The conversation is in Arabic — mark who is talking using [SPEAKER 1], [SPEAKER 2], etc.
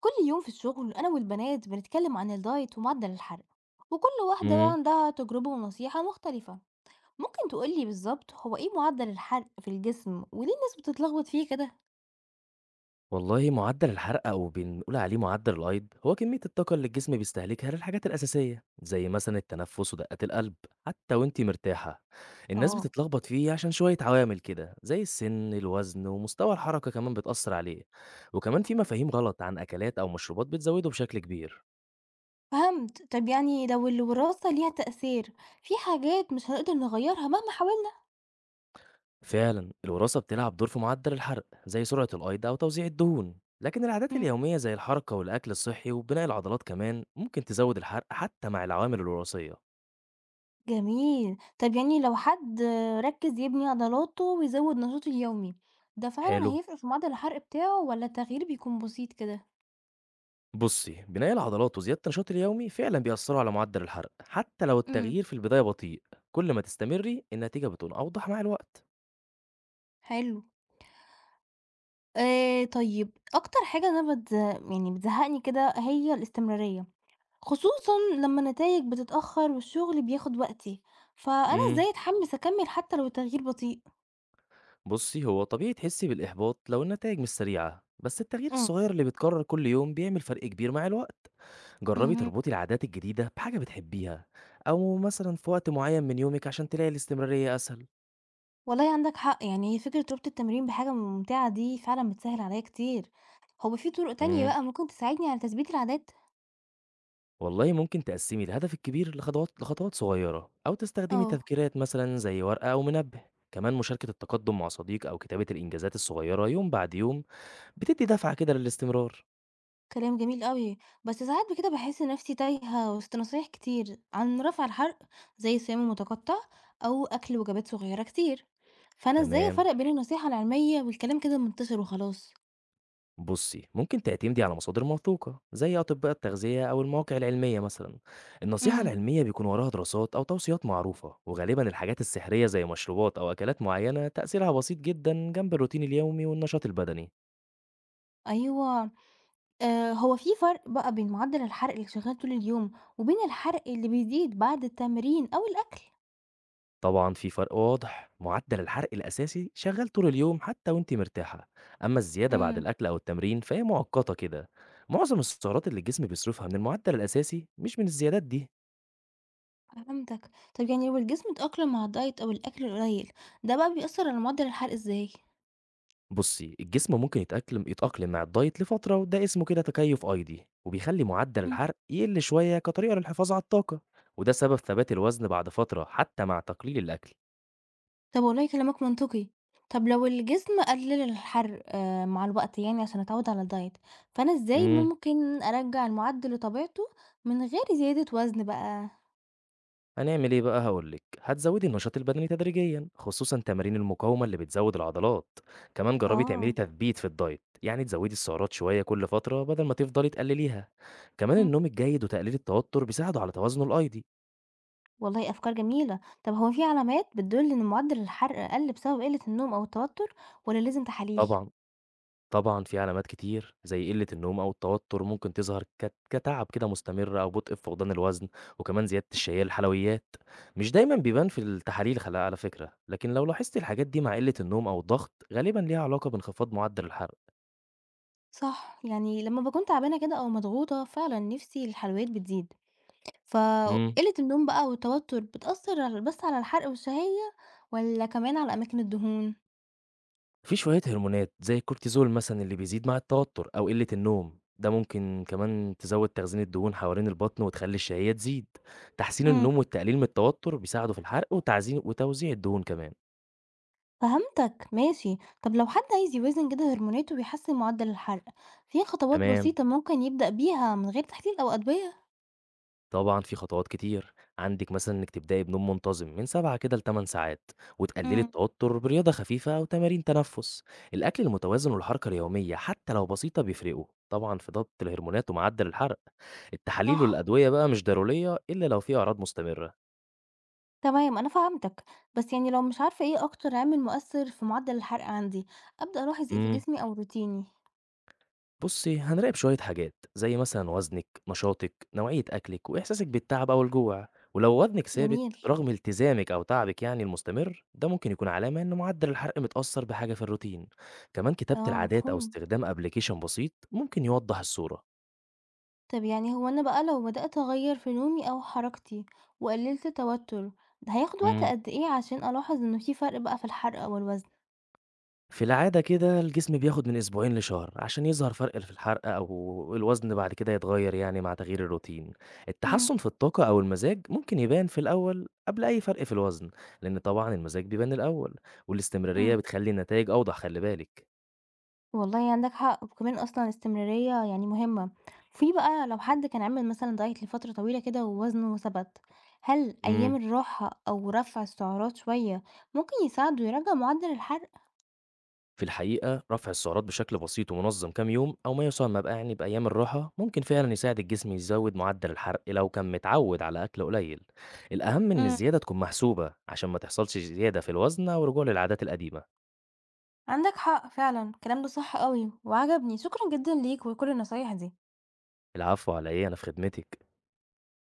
[SPEAKER 1] كل يوم في الشغل أنا والبنات بنتكلم عن الدايت ومعدل الحرق، وكل واحدة بقى
[SPEAKER 2] إمم.
[SPEAKER 1] عندها تجربة ونصيحة مختلفة. ممكن تقولي بالظبط هو ايه معدل الحرق في الجسم وليه الناس بتتلخبط فيه كده؟
[SPEAKER 2] والله معدل الحرق أو بنقول عليه معدل الأيض، هو كمية الطاقة اللي الجسم بيستهلكها للحاجات الأساسية، زي مثلًا التنفس ودقات القلب، حتى وأنتِ مرتاحة. الناس
[SPEAKER 1] اه،
[SPEAKER 2] بتتلخبط فيه عشان شوية عوامل كده، زي السن، الوزن، ومستوى الحركة كمان بتأثر عليه. وكمان في مفاهيم غلط عن أكلات أو مشروبات بتزوده بشكل كبير.
[SPEAKER 1] فهمت. طب يعني لو الوراثة ليها تأثير في حاجات مش هنقدر نغيرها مهما حاولنا.
[SPEAKER 2] فعلًا الوراثة بتلعب دور في معدل الحرق، زي سرعة الأيض أو توزيع الدهون. لكن العادات
[SPEAKER 1] مم.
[SPEAKER 2] اليومية زي الحركة والأكل الصحي وبناء العضلات كمان ممكن تزود الحرق حتى مع العوامل الوراثية.
[SPEAKER 1] جميل. طب يعني لو حد ركز يبني عضلاته ويزود نشاطه اليومي ده فعلا
[SPEAKER 2] حلو،
[SPEAKER 1] هيفرق في معدل الحرق بتاعه ولا التغيير بيكون بسيط كده؟
[SPEAKER 2] بصي بناء العضلات وزيادة النشاط اليومي فعلا بيأثروا على معدل الحرق حتى لو
[SPEAKER 1] مم.
[SPEAKER 2] التغيير في البداية بطيء. كل ما تستمري النتيجة بتكون أوضح مع الوقت.
[SPEAKER 1] حلو. طيب، أكتر حاجة أنا يعني بتزهقني كده هي الاستمرارية، خصوصًا لمّا النتايج بتتأخّر والشغل بياخد وقتي، فأنا
[SPEAKER 2] امم
[SPEAKER 1] إزاي أتحمّس أكمّل حتى لو التغيير بطيء؟
[SPEAKER 2] بصي هو طبيعي تحسي بالإحباط لو النتائج مش سريعة، بس التغيير
[SPEAKER 1] إمم.
[SPEAKER 2] الصغير اللي بيتكرر كل يوم بيعمل فرق كبير مع الوقت. جربي
[SPEAKER 1] اهم.
[SPEAKER 2] تربطي العادات الجديدة بحاجة بتحبيها، أو مثلا في وقت معين من يومك عشان تلاقي الاستمرارية أسهل.
[SPEAKER 1] والله عندك حق، يعني هي فكرة ربط التمرين بحاجة ممتعة دي فعلًا بتسهّل عليّا كتير. هو في طُرق تانية
[SPEAKER 2] امم
[SPEAKER 1] بقى ممكن تساعدني على تثبيت العادات؟
[SPEAKER 2] والله ممكن تقسّمي الهدف الكبير لخطوات صغيرة، أو تستخدمي
[SPEAKER 1] آه.
[SPEAKER 2] تذكيرات مثلًا زي ورقة أو منبه، كمان مشاركة التقدم مع صديق أو كتابة الإنجازات الصغيرة يوم بعد يوم بتدّي دفعة كده للاستمرار.
[SPEAKER 1] كلام جميل أوي، بس ساعات كده باحس نفسي تايهة وسط نصايح كتير عن رفع الحرق، زي صيام المتقطع أو أكل وجبات صغيرة كتير، فأنا إزاي
[SPEAKER 2] تمام،
[SPEAKER 1] أفرّق بين النصيحة العلمية والكلام كده المنتشر وخلاص؟
[SPEAKER 2] بُصّي ممكن تعتمدي على مصادر موثوقة زي أطباء التغذية أو المواقع العلمية مثلًا، النصيحة
[SPEAKER 1] امم،
[SPEAKER 2] العلمية بيكون وراها دراسات أو توصيات معروفة، وغالبًا الحاجات السحرية زي مشروبات أو أكلات معينة تأثيرها بسيط جدًا جنب الروتين اليومي والنشاط البدني.
[SPEAKER 1] أيوه. آه، هو في فرق بقى بين معدل الحرق اللي شغال طول اليوم وبين الحرق اللي بيزيد بعد التمرين أو الأكل؟
[SPEAKER 2] طبعًا في فرق واضح، معدل الحرق الأساسي شغال طول اليوم حتى وأنتِ مرتاحة، أما الزيادة بعد
[SPEAKER 1] امم
[SPEAKER 2] الأكل أو التمرين فهي مؤقتة كده، معظم السعرات اللي الجسم بيصرفها من المعدل الأساسي مش من الزيادات دي.
[SPEAKER 1] فهمتك. طب يعني لو الجسم اتأقلم مع الدايت أو الأكل القليل ده بقى بيأثر على معدل الحرق إزاي؟
[SPEAKER 2] بُصي الجسم ممكن يتأقلم مع الدايت لفترة، وده اسمه كده تكيف أيضي، وبيخلي معدل الحرق يقل شوية كطريقة للحفاظ على الطاقة، وده سبب ثبات الوزن بعد فترة حتى مع تقليل الأكل.
[SPEAKER 1] طب والله كلامك منطقي. طب لو الجسم قلل الحرق مع الوقت يعني عشان اتعود على الدايت، فأنا إزاي
[SPEAKER 2] إمم.
[SPEAKER 1] ممكن أرجّع المعدّل لطبيعته من غير زيادة وزن بقى؟
[SPEAKER 2] هنعمل إيه بقى، هاقولك، هتزوّدي النشاط البدني تدريجيًا، خصوصًا تمارين المقاومة اللي بتزوّد العضلات، كمان جرّبي تعملي
[SPEAKER 1] آه.
[SPEAKER 2] تثبيت في الدايت، يعني تزوّدي السعرات شوية كل فترة بدل ما تفضلي تقلليها، كمان
[SPEAKER 1] إمم،
[SPEAKER 2] النوم الجيد وتقليل التوتر بيساعدوا على توازنه الأيضي.
[SPEAKER 1] والله أفكار جميلة. طب هو في علامات بتدل إن معدّل الحرق قَل بسبب قلة النوم أو التوتر والّا لازم تحاليل؟
[SPEAKER 2] طبعًا، طبعًا في علامات كتير، زي قلة النوم أو التوتر ممكن تظهر كتعب كده مستمر أو بطء في فقدان الوزن، وكمان زيادة الشهية للحلويات، مش دايمًا بيبان في التحاليل خل على فكرة، لكن لو لاحظتِ الحاجات دي مع قلة النوم أو الضغط غالبًا ليها علاقة بانخفاض معدل الحرق.
[SPEAKER 1] صح، يعني لمّا باكون تعبانة كده أو مضغوطة فعلًا نِفسي الحلويات بتزيد،
[SPEAKER 2] إمم.
[SPEAKER 1] فقِلة النوم بقى والتوتر بتأثّر بس على الحرق والشهية والّا كمان على أماكن الدهون؟
[SPEAKER 2] في شوية هرمونات زي الكورتيزول مثلًا اللي بيزيد مع التوتر أو قلة النوم، ده ممكن كمان تزوّد تخزين الدهون حوالين البطن وتخلّي الشهية تزيد. تحسين
[SPEAKER 1] امم،
[SPEAKER 2] النوم والتقليل من التوتر بيساعدوا في الحرق وتعزين وتوزيع الدهون كمان.
[SPEAKER 1] فهمتك ماشي. طب لو حد عايز يوازن كده هرموناته ويحسن معدل الحرق، في خطوات
[SPEAKER 2] تمام.
[SPEAKER 1] بسيطة ممكن يبدأ بيها من غير تحليل أو أدوية؟
[SPEAKER 2] طبعًا في خطوات كتير، عندِك مثلًا إنِّك تبدئي بنوم منتظم من 7 كده ل8 ساعات، وتقللي
[SPEAKER 1] امم.
[SPEAKER 2] التوتر برياضة خفيفة أو تمارين تنفس. الأكل المتوازن والحركة اليومية حتى لو بسيطة بيفرقوا، طبعًا في ضبط الهرمونات ومعدل الحرق. التحاليل
[SPEAKER 1] صح.
[SPEAKER 2] والأدوية بقى مش ضرورية إلا لو في أعراض مستمرة.
[SPEAKER 1] تمام، أنا فهمتك. بس يعني لو مش عارفة إيه أكتر عامل مؤثر في معدل الحرق عندي أبدأ ألاحظ إيه في
[SPEAKER 2] إمم.
[SPEAKER 1] جسمي أو روتيني.
[SPEAKER 2] بُصّي، هنراقب شوية حاجات، زي مثلًا وزنِك، نشاطِك، نوعية أكلِك، وإحساسِك بالتعب أو الجوع، ولو وزنِك ثابت
[SPEAKER 1] جميل.
[SPEAKER 2] رغم التزامِك أو تعبِك يعني المستمر، ده ممكن يكون علامة إن معدل الحرق متأثّر بحاجة في الروتين، كمان كتابة
[SPEAKER 1] آه،
[SPEAKER 2] العادات أو
[SPEAKER 1] مفهوم.
[SPEAKER 2] استخدام application بسيط ممكن يوضّح الصورة.
[SPEAKER 1] طب يعني هو أنا بقى لو بدأت أغير في نومي أو حركتي وقللت توتر، ده هياخد وقت
[SPEAKER 2] إمم.
[SPEAKER 1] قد إيه عشان ألاحظ إنه في فرق بقى في الحرق والوزن؟
[SPEAKER 2] في العادة كده الجسم بياخد من أسبوعين لشهر عشان يظهر فرق في الحرق أو الوزن، بعد كده يتغير يعني مع تغيير الروتين. التحسن في الطاقة أو المزاج ممكن يبان في الأول قبل أي فرق في الوزن، لأن طبعا المزاج بيبان الأول، والاستمرارية
[SPEAKER 1] امم
[SPEAKER 2] بتخلي النتائج أوضح، خلي بالك.
[SPEAKER 1] والله عندك حق، وكمان أصلًا الاستمرارية يعني مهمة. في بقى لو حد كان عامل مثلًا diet لفترة طويلة كده ووزنه ثبت، هل
[SPEAKER 2] مم.
[SPEAKER 1] أيام الراحة أو رفع السعرات شوية ممكن يساعده يراجع معدل الحرق؟
[SPEAKER 2] في الحقيقة رفع السعرات بشكل بسيط ومنظم كام يوم أو ما يسمى بقى يعني بأيام الراحة ممكن فعلا يساعد الجسم يزود معدل الحرق لو كان متعود على أكل قليل. الأهم إن
[SPEAKER 1] امم
[SPEAKER 2] الزيادة تكون محسوبة عشان ما تحصلش زيادة في الوزن أو رجوع للعادات القديمة.
[SPEAKER 1] عندك حق فعلا الكلام ده صح قوي وعجبني، شكرا جدا ليك ولكل النصايح دي.
[SPEAKER 2] العفو على إيه، أنا في خدمتك.